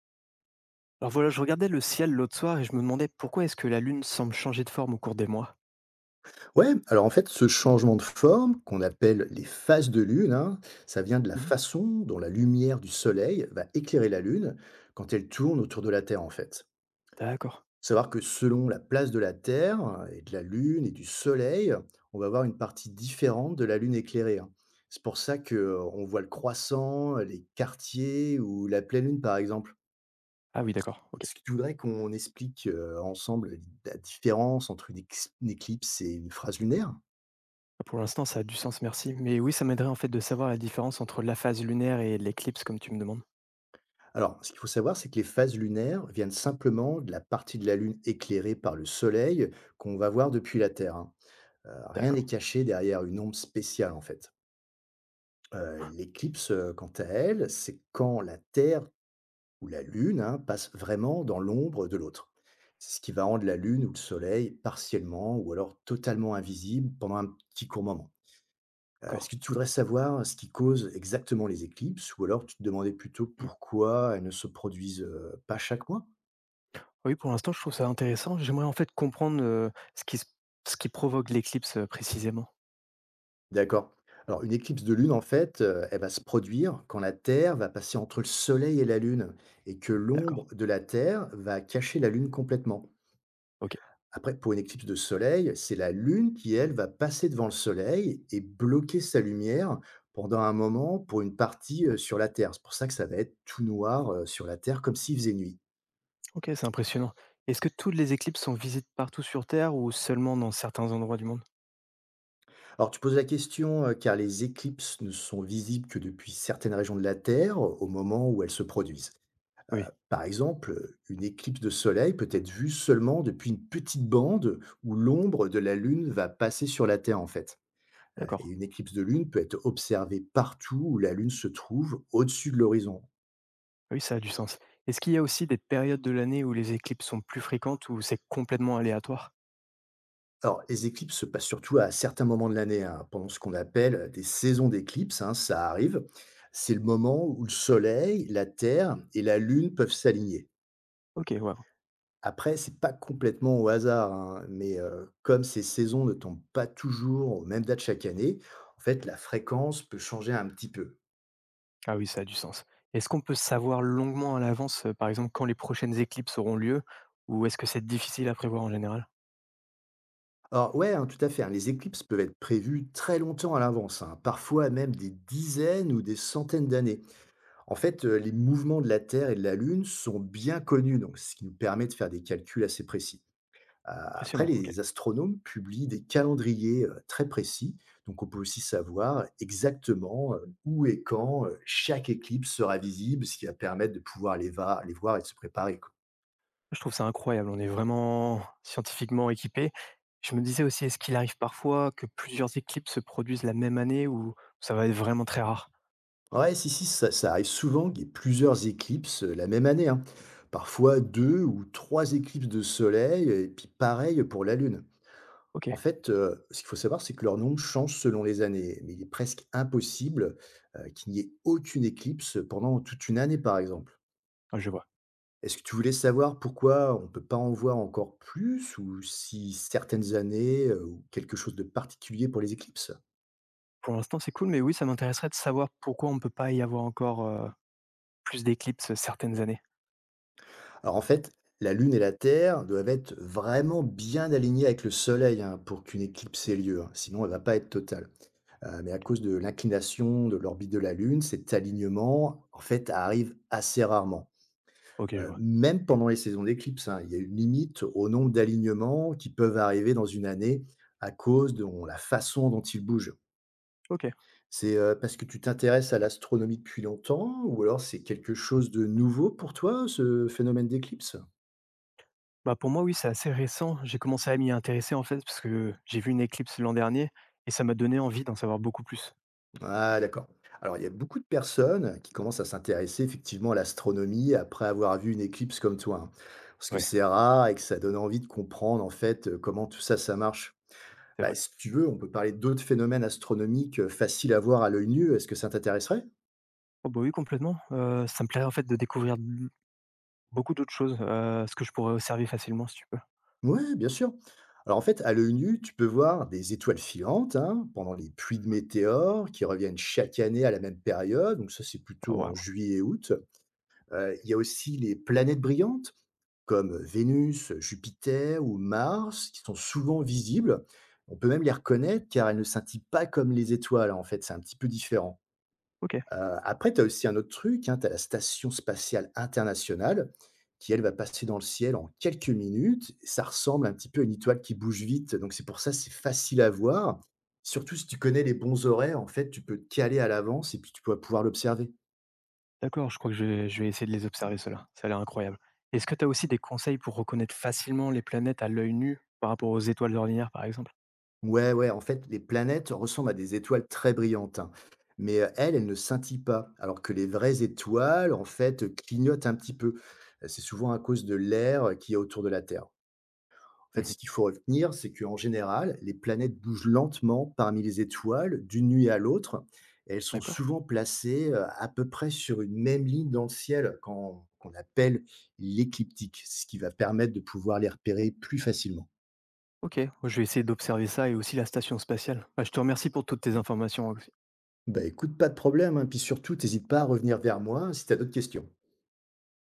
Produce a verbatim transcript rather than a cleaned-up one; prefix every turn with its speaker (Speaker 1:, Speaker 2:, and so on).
Speaker 1: Alors voilà, je regardais le ciel l'autre soir et je me demandais pourquoi est-ce que la Lune semble changer de forme au cours des mois.
Speaker 2: Ouais, alors en fait, ce changement de forme, qu'on appelle les phases de lune, hein, ça vient de la
Speaker 1: Mhm.
Speaker 2: façon dont la lumière du soleil va éclairer la lune quand elle tourne autour de la Terre, en fait.
Speaker 1: D'accord.
Speaker 2: Savoir que selon la place de la Terre, et de la lune, et du soleil, on va avoir une partie différente de la lune éclairée, hein. C'est pour ça que euh, on voit le croissant, les quartiers ou la pleine lune, par exemple.
Speaker 1: Ah oui, d'accord. Ok.
Speaker 2: Est-ce que tu voudrais qu'on explique euh, ensemble la différence entre une ex- une éclipse et une phrase lunaire?
Speaker 1: Pour l'instant, ça a du sens, merci. Mais oui, ça m'aiderait en fait de savoir la différence entre la phase lunaire et l'éclipse, comme tu me demandes.
Speaker 2: Alors, ce qu'il faut savoir, c'est que les phases lunaires viennent simplement de la partie de la Lune éclairée par le Soleil qu'on va voir depuis la Terre, hein. Euh, rien n'est
Speaker 1: D'accord.
Speaker 2: caché derrière une ombre spéciale, en fait. Euh, L'éclipse, euh, quant à elle, c'est quand la Terre ou la Lune, hein, passe vraiment dans l'ombre de l'autre. C'est ce qui va rendre la Lune ou le Soleil partiellement ou alors totalement invisible pendant un petit court moment. Euh, Est-ce
Speaker 1: D'accord.
Speaker 2: que tu voudrais savoir ce qui cause exactement les éclipses ou alors tu te demandais plutôt
Speaker 1: Hmm.
Speaker 2: pourquoi elles ne se produisent euh, pas chaque mois?
Speaker 1: Oui, pour l'instant, je trouve ça intéressant. J'aimerais en fait comprendre euh, ce, qui, se- ce qui provoque l'éclipse euh, précisément.
Speaker 2: D'accord. Alors, une éclipse de lune, en fait, euh, elle va se produire quand la Terre va passer entre le Soleil et la Lune et que l'ombre
Speaker 1: D'accord.
Speaker 2: de la Terre va cacher la Lune complètement.
Speaker 1: Ok.
Speaker 2: Après, pour une éclipse de Soleil, c'est la Lune qui, elle, va passer devant le Soleil et bloquer sa lumière pendant un moment pour une partie euh, sur la Terre. C'est pour ça que ça va être tout noir euh, sur la Terre, comme s'il faisait nuit.
Speaker 1: Ok, c'est impressionnant. Est-ce que toutes les éclipses sont visibles partout sur Terre ou seulement dans certains endroits du monde?
Speaker 2: Alors, tu poses la question, euh, car les éclipses ne sont visibles que depuis certaines régions de la Terre euh, au moment où elles se produisent.
Speaker 1: Oui.
Speaker 2: Par exemple, une éclipse de soleil peut être vue seulement depuis une petite bande où l'ombre de la Lune va passer sur la Terre, en fait. Euh,
Speaker 1: D'accord.
Speaker 2: Et une éclipse de Lune peut être observée partout où la Lune se trouve au-dessus de l'horizon.
Speaker 1: Ah oui, ça a du sens. Est-ce qu'il y a aussi des périodes de l'année où les éclipses sont plus fréquentes ou c'est complètement aléatoire?
Speaker 2: Alors, les éclipses se passent surtout à certains moments de l'année, hein, pendant ce qu'on appelle des saisons d'éclipses, hein, ça arrive. C'est le moment où le Soleil, la Terre et la Lune peuvent s'aligner.
Speaker 1: Ok, ouais.
Speaker 2: Après, c'est pas complètement au hasard, hein, mais heu, comme ces saisons ne tombent pas toujours aux mêmes dates chaque année, en fait, la fréquence peut changer un petit peu.
Speaker 1: Ah oui, ça a du sens. Est-ce qu'on peut savoir longuement à l'avance, euh, par exemple, quand les prochaines éclipses auront lieu, ou est-ce que c'est difficile à prévoir en général?
Speaker 2: Alors ouais, hein, tout à fait, hein, les éclipses peuvent être prévues très longtemps à l'avance, hein, parfois même des dizaines ou des centaines d'années. En fait, heu, les mouvements de la Terre et de la Lune sont bien connus, donc ce qui nous permet de faire des calculs assez précis. Euh, Après,
Speaker 1: Impressionnant, ok.
Speaker 2: les astronomes publient des calendriers euh, très précis, donc on peut aussi savoir exactement euh, où et quand euh, chaque éclipse sera visible, ce qui va permettre de pouvoir les, va- les voir et de se préparer, quoi.
Speaker 1: Je trouve ça incroyable, on est vraiment scientifiquement équipés. Je me disais aussi, est-ce qu'il arrive parfois que plusieurs éclipses se produisent la même année ou ça va être vraiment très rare?
Speaker 2: Ouais, si, si, ça, ça arrive souvent qu'il y ait plusieurs éclipses euh, la même année, hein. Parfois deux ou trois éclipses de soleil, et puis pareil pour la Lune.
Speaker 1: Ok,
Speaker 2: En fait, euh, ce qu'il faut savoir, c'est que leur nombre change selon les années, mais il est presque impossible euh, qu'il n'y ait aucune éclipse pendant toute une année, par exemple.
Speaker 1: ah, je vois.
Speaker 2: Est-ce que tu voulais savoir pourquoi on ne peut pas en voir encore plus ou si certaines années euh, ou quelque chose de particulier pour les éclipses?
Speaker 1: Pour l'instant, c'est cool, mais oui, ça m'intéresserait de savoir pourquoi on ne peut pas y avoir encore euh, plus d'éclipses certaines années.
Speaker 2: Alors en fait, la Lune et la Terre doivent être vraiment bien alignées avec le Soleil, hein, pour qu'une éclipse ait lieu, hein, sinon elle ne va pas être totale. Euh, mais à cause de l'inclination de l'orbite de la Lune, cet alignement en fait arrive assez rarement.
Speaker 1: OK, je
Speaker 2: Euh,
Speaker 1: vois.
Speaker 2: même pendant les saisons d'éclipse, hein, il y a une limite au nombre d'alignements qui peuvent arriver dans une année à cause de la façon dont ils bougent.
Speaker 1: OK.
Speaker 2: C'est, heu, parce que tu t'intéresses à l'astronomie depuis longtemps ou alors c'est quelque chose de nouveau pour toi, ce phénomène d'éclipse?
Speaker 1: Bah, pour moi, oui, c'est assez récent. J'ai commencé à m'y intéresser, en fait, parce que j'ai vu une éclipse l'an dernier et ça m'a donné envie d'en savoir beaucoup plus.
Speaker 2: Ah, d'accord. Alors il y a beaucoup de personnes qui commencent à s'intéresser effectivement à l'astronomie après avoir vu une éclipse comme toi, hein. Parce que
Speaker 1: Ouais,
Speaker 2: c'est rare et que ça donne envie de comprendre en fait, heu, comment tout ça, ça marche.
Speaker 1: c'est
Speaker 2: Bah,
Speaker 1: vrai.
Speaker 2: si tu veux, on peut parler d'autres phénomènes astronomiques, heu, faciles à voir à l'œil nu, est-ce que ça t'intéresserait?
Speaker 1: Oh bah, oui, complètement. Heu, ça me plairait, en fait, de découvrir b beaucoup d'autres choses, heu, ce que je pourrais observer facilement, si tu peux.
Speaker 2: Ouais, bien sûr. Alors en fait, à l'œil nu, tu peux voir des étoiles filantes, hein, pendant les pluies de météores qui reviennent chaque année à la même période. Donc ça, c'est
Speaker 1: Ah
Speaker 2: plutôt en
Speaker 1: waouh!
Speaker 2: juillet et août. Euh, il y a aussi les planètes brillantes comme Vénus, Jupiter ou Mars qui sont souvent visibles. On peut même les reconnaître car elles ne scintillent pas comme les étoiles. En fait, c'est un petit peu différent.
Speaker 1: OK,
Speaker 2: Heu, Après, tu as aussi un autre truc, hein, tu as la Station spatiale internationale qui, elle, va passer dans le ciel en quelques minutes. Ça ressemble un petit peu à une étoile qui bouge vite, donc c'est pour ça, c'est facile à voir. Surtout si tu connais les bons horaires, en fait, tu peux te caler à l'avance et puis tu vas pouvoir l'observer.
Speaker 1: d'accord, je crois que je vais je vais essayer de les observer ceux-là. Ça a l'air incroyable. Est-ce que tu as aussi des conseils pour reconnaître facilement les planètes à l'œil nu par rapport aux étoiles ordinaires, par exemple?
Speaker 2: Ouais, ouais, en fait, les planètes ressemblent à des étoiles très brillantes, hein, mais, heu, elles, elles ne scintillent pas, alors que les vraies étoiles, en fait, clignotent un petit peu. Euh, C'est souvent à cause de l'air euh, qu'il y a autour de la Terre. En fait,
Speaker 1: Mmh.
Speaker 2: ce qu'il faut retenir, c'est qu'en général, les planètes bougent lentement parmi les étoiles d'une nuit à l'autre. Et elles sont
Speaker 1: D'accord.
Speaker 2: souvent placées euh, à peu près sur une même ligne dans le ciel, quand- qu'on appelle l'écliptique, ce qui va permettre de pouvoir les repérer plus facilement.
Speaker 1: Ok, je vais essayer d'observer ça et aussi la station spatiale. Bah, je te remercie pour toutes tes informations.
Speaker 2: Bah écoute, pas de problème, hein, puis surtout, n'hésite pas à revenir vers moi si tu as d'autres questions.